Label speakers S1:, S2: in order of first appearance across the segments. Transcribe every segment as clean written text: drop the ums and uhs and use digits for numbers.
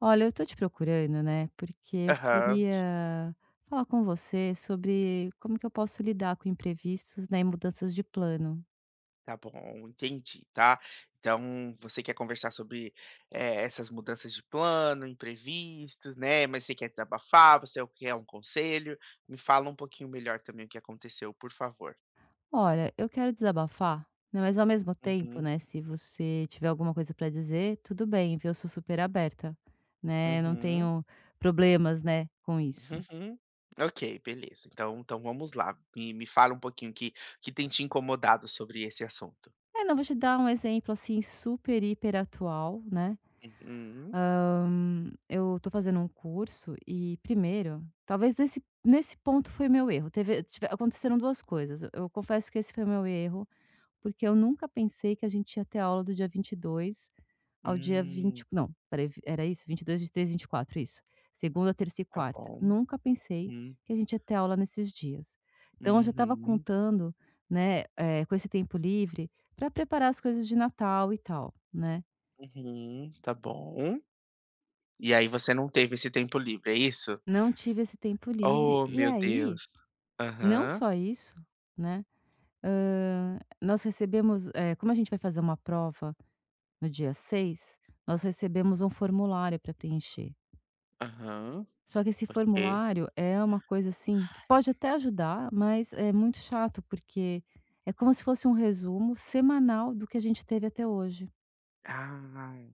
S1: Olha, eu tô te procurando, né, porque eu
S2: Aham,
S1: queria falar com você sobre como que eu posso lidar com imprevistos, né, e mudanças de plano.
S2: tá bom, entendi, tá. Então você quer conversar sobre, essas mudanças de plano, imprevistos, né, mas você quer desabafar, você quer um conselho. Me fala um pouquinho melhor também o que aconteceu, por favor.
S1: Olha, eu quero desabafar, né, mas ao mesmo tempo,
S2: Uhum,
S1: né, se você tiver alguma coisa para dizer, tudo bem, viu? Eu sou super aberta, né? Eu não
S2: uhum,
S1: tenho problemas, né, com isso.
S2: uhum. Ok, beleza. Então vamos lá. Me fala um pouquinho que tem te incomodado sobre esse assunto.
S1: É, não vou te dar um exemplo assim super hiper atual, né?
S2: Uhum.
S1: Eu tô fazendo um curso e primeiro, talvez nesse ponto foi meu erro. Teve tive Aconteceram 2 coisas. Eu confesso que esse foi meu erro, porque eu nunca pensei que a gente ia ter aula do dia 22 ao dia 20,
S2: Hum,
S1: não, espera aí, era isso? 22, 23, 24, isso. Segunda, terça e
S2: tá
S1: quarta.
S2: bom.
S1: Nunca pensei
S2: Uhum,
S1: que a gente ia ter aula nesses dias. Então eu já estava
S2: uhum,
S1: contando, né, com esse tempo livre para preparar as coisas de Natal e tal, né.
S2: uhum, tá bom. E aí você não teve esse tempo livre, é isso?
S1: Não tive esse tempo livre
S2: Oh,
S1: e
S2: meu
S1: aí.
S2: Deus.
S1: Não
S2: Aham,
S1: só isso, né, nós recebemos, como a gente vai fazer uma prova no dia 6, nós recebemos um formulário para preencher.
S2: aham,
S1: Só que esse
S2: ok.
S1: formulário é uma coisa, assim, que pode até ajudar, mas é muito chato, porque é como se fosse um resumo semanal do que a gente teve até hoje.
S2: Ah,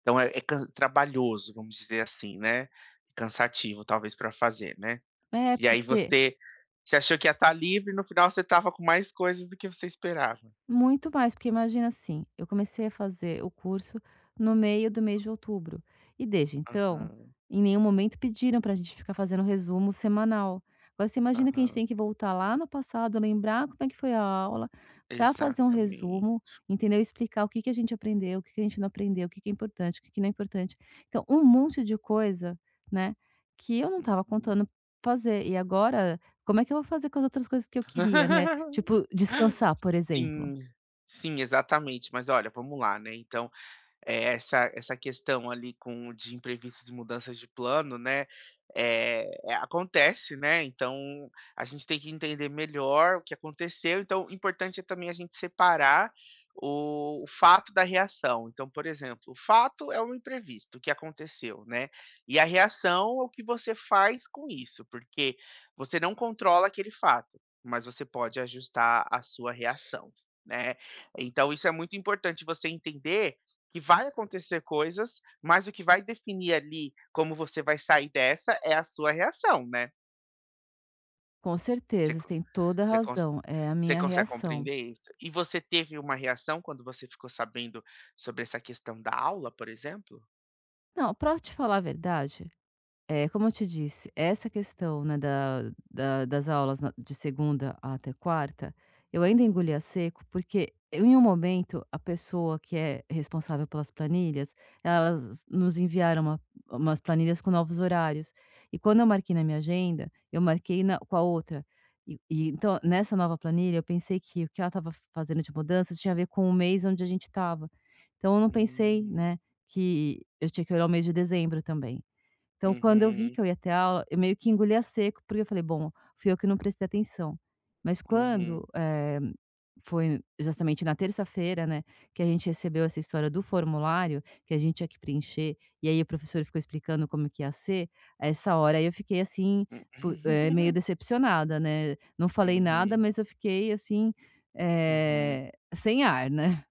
S2: então é é can trabalhoso, vamos dizer assim, né, cansativo talvez para fazer, né.
S1: É,
S2: E aí
S1: porque
S2: você achou que ia estar livre, no final você estava com mais coisas do que você esperava.
S1: muito mais, porque imagina assim, eu comecei a fazer o curso no meio do mês de outubro. E desde então,
S2: Aham,
S1: em nenhum momento pediram para a gente ficar fazendo resumo semanal. Agora você imagina que a gente
S2: aham,
S1: tem que voltar lá no passado, lembrar como é que foi a aula, para fazer um
S2: exatamente.
S1: resumo, entendeu? Explicar o que que a gente aprendeu, o que que a gente não aprendeu, o que que é importante, o que que não é importante. Então, um monte de coisa, né, que eu não estava
S2: Uhum.
S1: contando fazer. E agora, como é que eu vou fazer com as outras coisas que eu queria, né? Tipo, descansar, por exemplo.
S2: Sim, sim, exatamente. Mas olha, vamos lá, né, então essa questão ali com de imprevistos e mudanças de plano, né, acontece, né, então a gente tem que entender melhor o que aconteceu, então o importante é também a gente separar o fato da reação. Então, por exemplo, o fato é um imprevisto, o que aconteceu, né, e a reação é o que você faz com isso, porque você não controla aquele fato, mas você pode ajustar a sua reação, né. Então isso é muito importante você entender que vai acontecer coisas, mas o que vai definir ali como você vai sair dessa é a sua reação, né.
S1: Com
S2: Você
S1: certeza, você
S2: con
S1: tem toda a
S2: você cons
S1: razão, é a
S2: você
S1: minha
S2: consegue
S1: reação.
S2: compreender isso? E você teve uma reação quando você ficou sabendo sobre essa questão da aula, por exemplo?
S1: Não, pra te falar a verdade, é, como eu te disse, essa questão, né, da das aulas na de segunda até quarta, eu ainda engoli
S2: Aham.
S1: a seco, porque eu em um momento, a pessoa que é responsável pelas planilhas, elas nos enviaram umas planilhas com novos horários. E quando eu marquei na minha agenda, eu marquei na com a outra. E então, nessa nova planilha, eu pensei que o que ela estava fazendo de mudança tinha a ver com o mês onde a gente estava. Então eu não pensei,
S2: Hum.
S1: né, que eu tinha que olhar o mês de dezembro também. Então, quando eu vi
S2: Uhum,
S1: que eu ia ter aula, eu meio que engoli a seco, porque eu falei: "Bom, fui eu que não prestei atenção". Mas
S2: uhum,
S1: quando, foi justamente na terça-feira, né, que a gente recebeu essa história do formulário, que a gente tinha que preencher, e aí o professor ficou explicando como que ia ser, a essa hora aí eu fiquei assim,
S2: hum.
S1: meio decepcionada, né. Não falei nada,
S2: Uhum,
S1: mas eu fiquei assim,
S2: uhum.
S1: sem ar, né.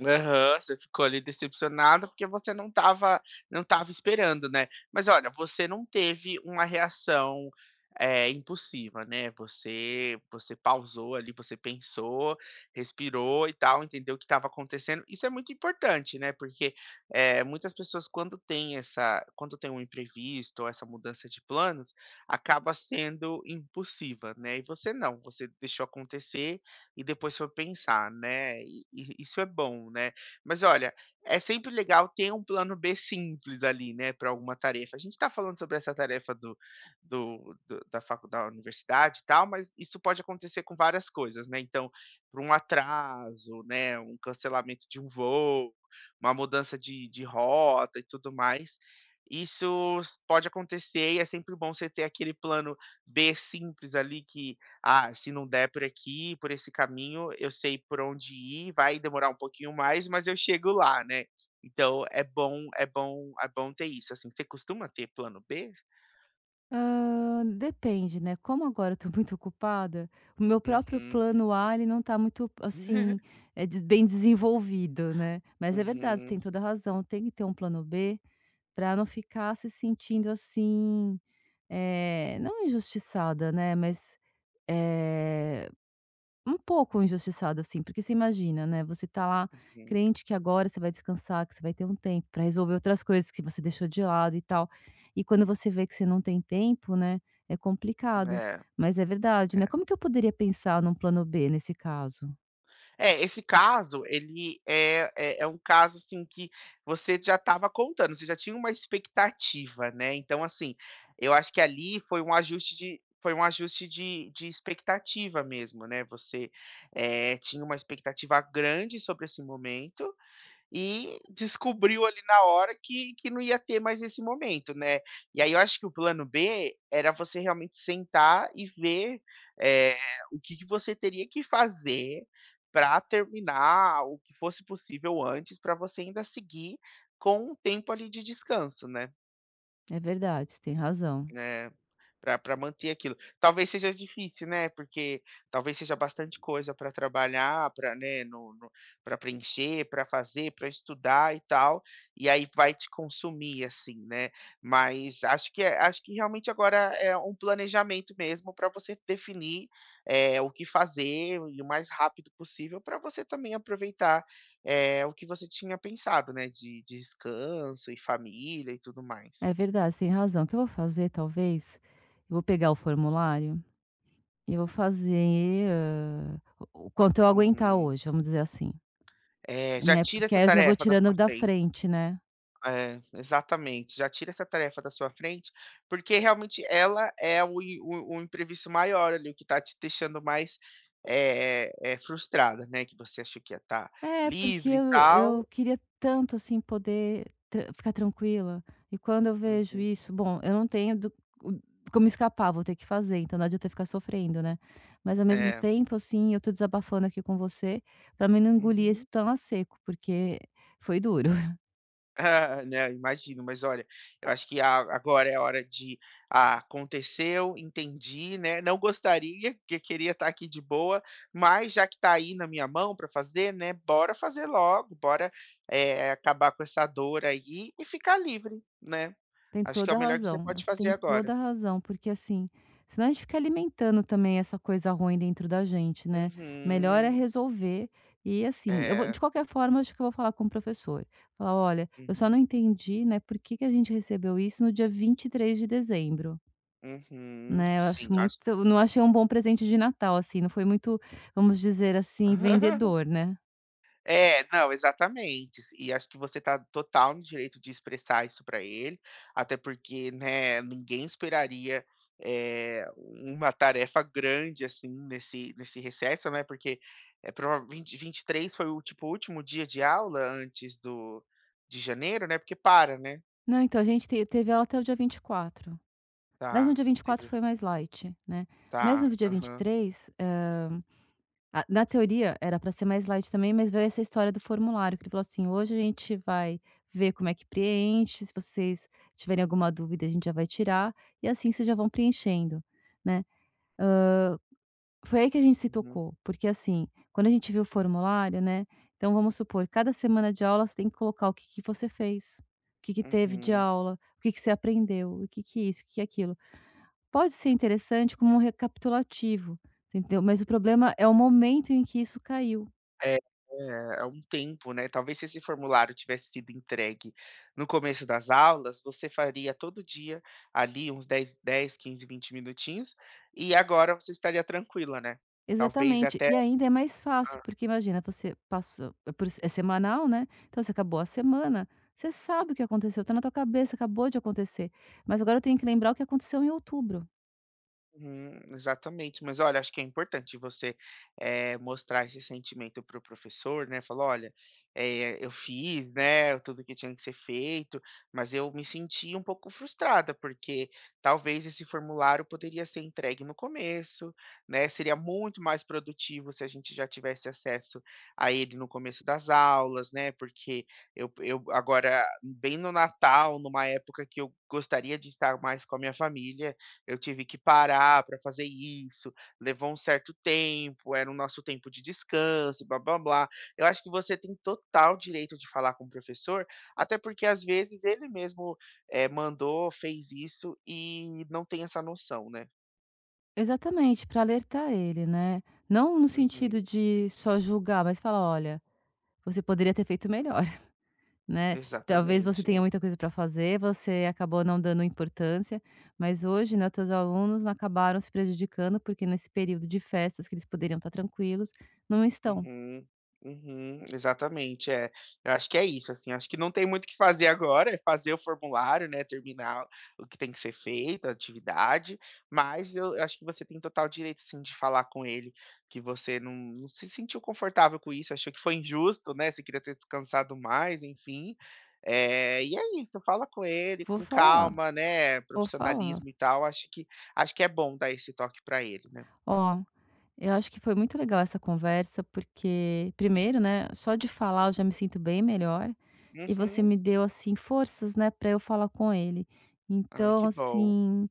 S2: Aham, você ficou ali decepcionada, porque você não estava esperando, né. Mas olha, você não teve uma reação, impulsiva, né, você pausou ali, você pensou, respirou e tal, entendeu o que estava acontecendo. Isso é muito importante, né, porque, muitas pessoas quando tem um imprevisto ou essa mudança de planos, acaba sendo impulsiva, né, e você não, você deixou acontecer e depois for pensar, né, e isso é bom, né. Mas olha, é sempre legal ter um plano B simples ali, né, para alguma tarefa. A gente está falando sobre essa tarefa do da faculdade, da universidade e tal, mas isso pode acontecer com várias coisas, né, então, por um atraso, né, um cancelamento de um voo, uma mudança de rota e tudo mais, isso s pode acontecer e é sempre bom você ter aquele plano B simples ali que ah, se não der por aqui, por esse caminho, eu sei por onde ir, vai demorar um pouquinho mais, mas eu chego lá, né. Então é bom ter isso, assim. Você costuma ter plano B?
S1: Depende, né, como agora eu tô muito ocupada, o meu próprio
S2: Uhum.
S1: plano A, ele não tá muito, assim, é de bem desenvolvido, né. Mas é verdade, você tem
S2: Uhum,
S1: toda a razão, tem que ter um plano B para não ficar se sentindo assim, não injustiçada, né, mas, eh um pouco injustiçada, assim, porque você imagina, né, você tá lá
S2: uhum.
S1: crente que agora você vai descansar, que você vai ter um tempo para resolver outras coisas que você deixou de lado e tal. E quando você vê que você não tem tempo, né, é complicado.
S2: É,
S1: Mas é verdade, né,
S2: é.
S1: como que eu poderia pensar num plano B nesse caso?
S2: É, esse caso, ele é um caso, assim, que você já estava contando, você já tinha uma expectativa, né, então, assim, eu acho que ali foi um ajuste de expectativa mesmo, né, você, tinha uma expectativa grande sobre esse momento, e descobriu ali na hora que não ia ter mais esse momento, né. E aí eu acho que o plano B era você realmente sentar e ver, eh, o que que você teria que fazer para terminar o que fosse possível antes, para você ainda seguir com um tempo ali de descanso, né.
S1: É verdade, você tem razão.
S2: Eh Para pra manter aquilo. Talvez seja difícil, né, porque talvez seja bastante coisa para trabalhar, para né, no para preencher, para fazer, para estudar e tal, e aí vai te consumir, assim, né. Mas acho que realmente agora é um planejamento mesmo para você definir, o que fazer e o mais rápido possível para você também aproveitar, o que você tinha pensado, né, de descanso e família e tudo
S1: É
S2: mais.
S1: verdade, você tem razão. O que eu vou fazer talvez, eu vou pegar o formulário e vou fazer, o quanto eu aguentar
S2: Uhum.
S1: hoje, vamos dizer assim,
S2: É, já
S1: né,
S2: tira
S1: porque
S2: essa
S1: aí eu já vou
S2: tarefa da sua
S1: tirando da
S2: frente.
S1: frente, né.
S2: É, exatamente, já tira essa tarefa da sua frente, porque realmente ela é o imprevisto maior ali, o que está te deixando mais, frustrada, né, que você achou que ia estar
S1: É, porque
S2: livre e
S1: eu
S2: tal.
S1: eu queria tanto, assim, poder tran ficar tranquila, e quando eu vejo
S2: Uhum.
S1: isso, bom, eu não tenho do o como escapar, vou ter que fazer, então não adianta eu ficar sofrendo, né. Mas ao mesmo
S2: É.
S1: tempo, assim, eu tô desabafando aqui com você, pra mim não engolir
S2: Uhum.
S1: isso tão a seco, porque foi duro.
S2: Ah, né, imagino, mas olha, eu acho que a agora é a hora de "Ah, aconteceu, entendi, né, não gostaria, porque queria estar aqui de boa, mas já que está aí na minha mão para fazer, né, bora fazer logo, bora, acabar com essa dor aí e ficar livre", né.
S1: Tem
S2: Acho que é
S1: toda
S2: o
S1: a
S2: melhor que você
S1: razão,
S2: pode
S1: você
S2: fazer
S1: tem
S2: agora.
S1: toda a razão, porque assim, senão a gente fica alimentando também essa coisa ruim dentro da gente, né. Melhor é
S2: Uhum.
S1: resolver e assim, eu vou
S2: É.
S1: de qualquer forma, acho que eu vou falar com o professor, falar: "Olha, eu só
S2: Uhum.
S1: não entendi, né, por que que a gente recebeu isso no dia 23 de dezembro",
S2: Uhum.
S1: né. Eu
S2: Sim,
S1: acho muito,
S2: acho.
S1: eu não achei um bom presente de Natal, assim, não foi muito, vamos dizer assim, vendedor, né.
S2: É, não, exatamente. E acho que você está total no direito de expressar isso para ele, até porque, né, ninguém esperaria, uma tarefa grande, assim, nesse recesso, né, porque, é provavelmente 23 foi o, tipo, último dia de aula antes do de janeiro, né, porque para, né.
S1: "Não, então a gente te teve ela até o dia 24, mas no
S2: Tá,
S1: dia 24
S2: teve
S1: foi mais light, né. Mas
S2: tá,
S1: no dia vinte e
S2: aham.
S1: três ah, na teoria, era para ser mais light também, mas veio essa história do formulário, que ele falou assim: "Hoje a gente vai ver como é que preenche, se vocês tiverem alguma dúvida, a gente já vai tirar, e assim vocês já vão preenchendo", né. Foi aí que a gente se
S2: Uhum,
S1: tocou, porque assim, quando a gente viu o formulário, né, então vamos supor, cada semana de aula você tem que colocar o que que você fez, o que que teve de
S2: uhum.
S1: aula, o que que você aprendeu, o que que isso, o que que aquilo. Pode ser interessante como um recapitulativo, você entendeu, mas o problema é o momento em que isso caiu.
S2: É, é, há um tempo, né, talvez se esse formulário tivesse sido entregue no começo das aulas, você faria todo dia ali uns 10, 15, 20 minutinhos, e agora você estaria tranquila, né. Talvez
S1: Exatamente.
S2: até
S1: E ainda é mais fácil, porque imagina, você passou é por é semanal, né, então você acabou a semana, você sabe o que aconteceu, tá na tua cabeça, acabou de acontecer. Mas agora eu tenho que lembrar o que aconteceu em outubro.
S2: uhum, exatamente. Mas olha, acho que é importante você, mostrar esse sentimento para o professor, né, falar: "Olha, eu fiz, né, tudo que tinha que ser feito, mas eu me senti um pouco frustrada, porque talvez esse formulário poderia ser entregue no começo, né, seria muito mais produtivo se a gente já tivesse acesso a ele no começo das aulas, né, porque eu agora bem no Natal, numa época que eu gostaria de estar mais com a minha família, eu tive que parar para fazer isso, levou um certo tempo, era o nosso tempo de descanso, blá-blá-blá. Eu acho que você tem total direito de falar com o professor, até porque às vezes ele mesmo, mandou, fez isso e não tem essa noção, né.
S1: Exatamente, para alertar ele, né. Não no
S2: Uhum,
S1: sentido de só julgar, mas falar: "Olha, você poderia ter feito melhor". Né, talvez você
S2: exatamente.
S1: tenha muita coisa para fazer, você acabou não dando importância, mas hoje, né, teus alunos acabaram se prejudicando, porque nesse período de festas que eles poderiam estar tranquilos, não estão.
S2: Uhum, uhum, exatamente, é. Eu acho que é isso, assim, acho que não tem muito o que fazer agora, é fazer o formulário, né, terminar o que tem que ser feito, a atividade, mas eu acho que você tem total direito, sim, de falar com ele que você não se sentiu confortável com isso, achou que foi injusto, né, você queria ter descansado mais, enfim. É é isso, fala com ele
S1: Vou
S2: com
S1: falar,
S2: calma, né,
S1: vou falar.
S2: profissionalismo e tal, acho que é bom dar esse toque para ele, né.
S1: Ó, eu acho que foi muito legal essa conversa, porque primeiro, né, só de falar eu já me sinto bem melhor, e você
S2: Uhum.
S1: me deu, assim, forças, né, para eu falar com ele.
S2: Ai,
S1: Então,
S2: que bom.
S1: assim,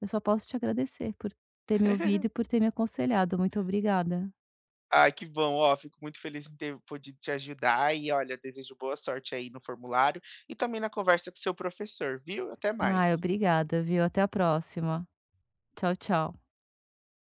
S1: eu só posso te agradecer por ter me ouvido e por ter me aconselhado. Muito obrigada.
S2: Ai, que bom, ó, fico muito feliz em ter podido te ajudar e olha, desejo boa sorte aí no formulário e também na conversa com seu professor, viu? Até
S1: Ai,
S2: mais.
S1: obrigada, viu. Até a próxima. Tchau, tchau.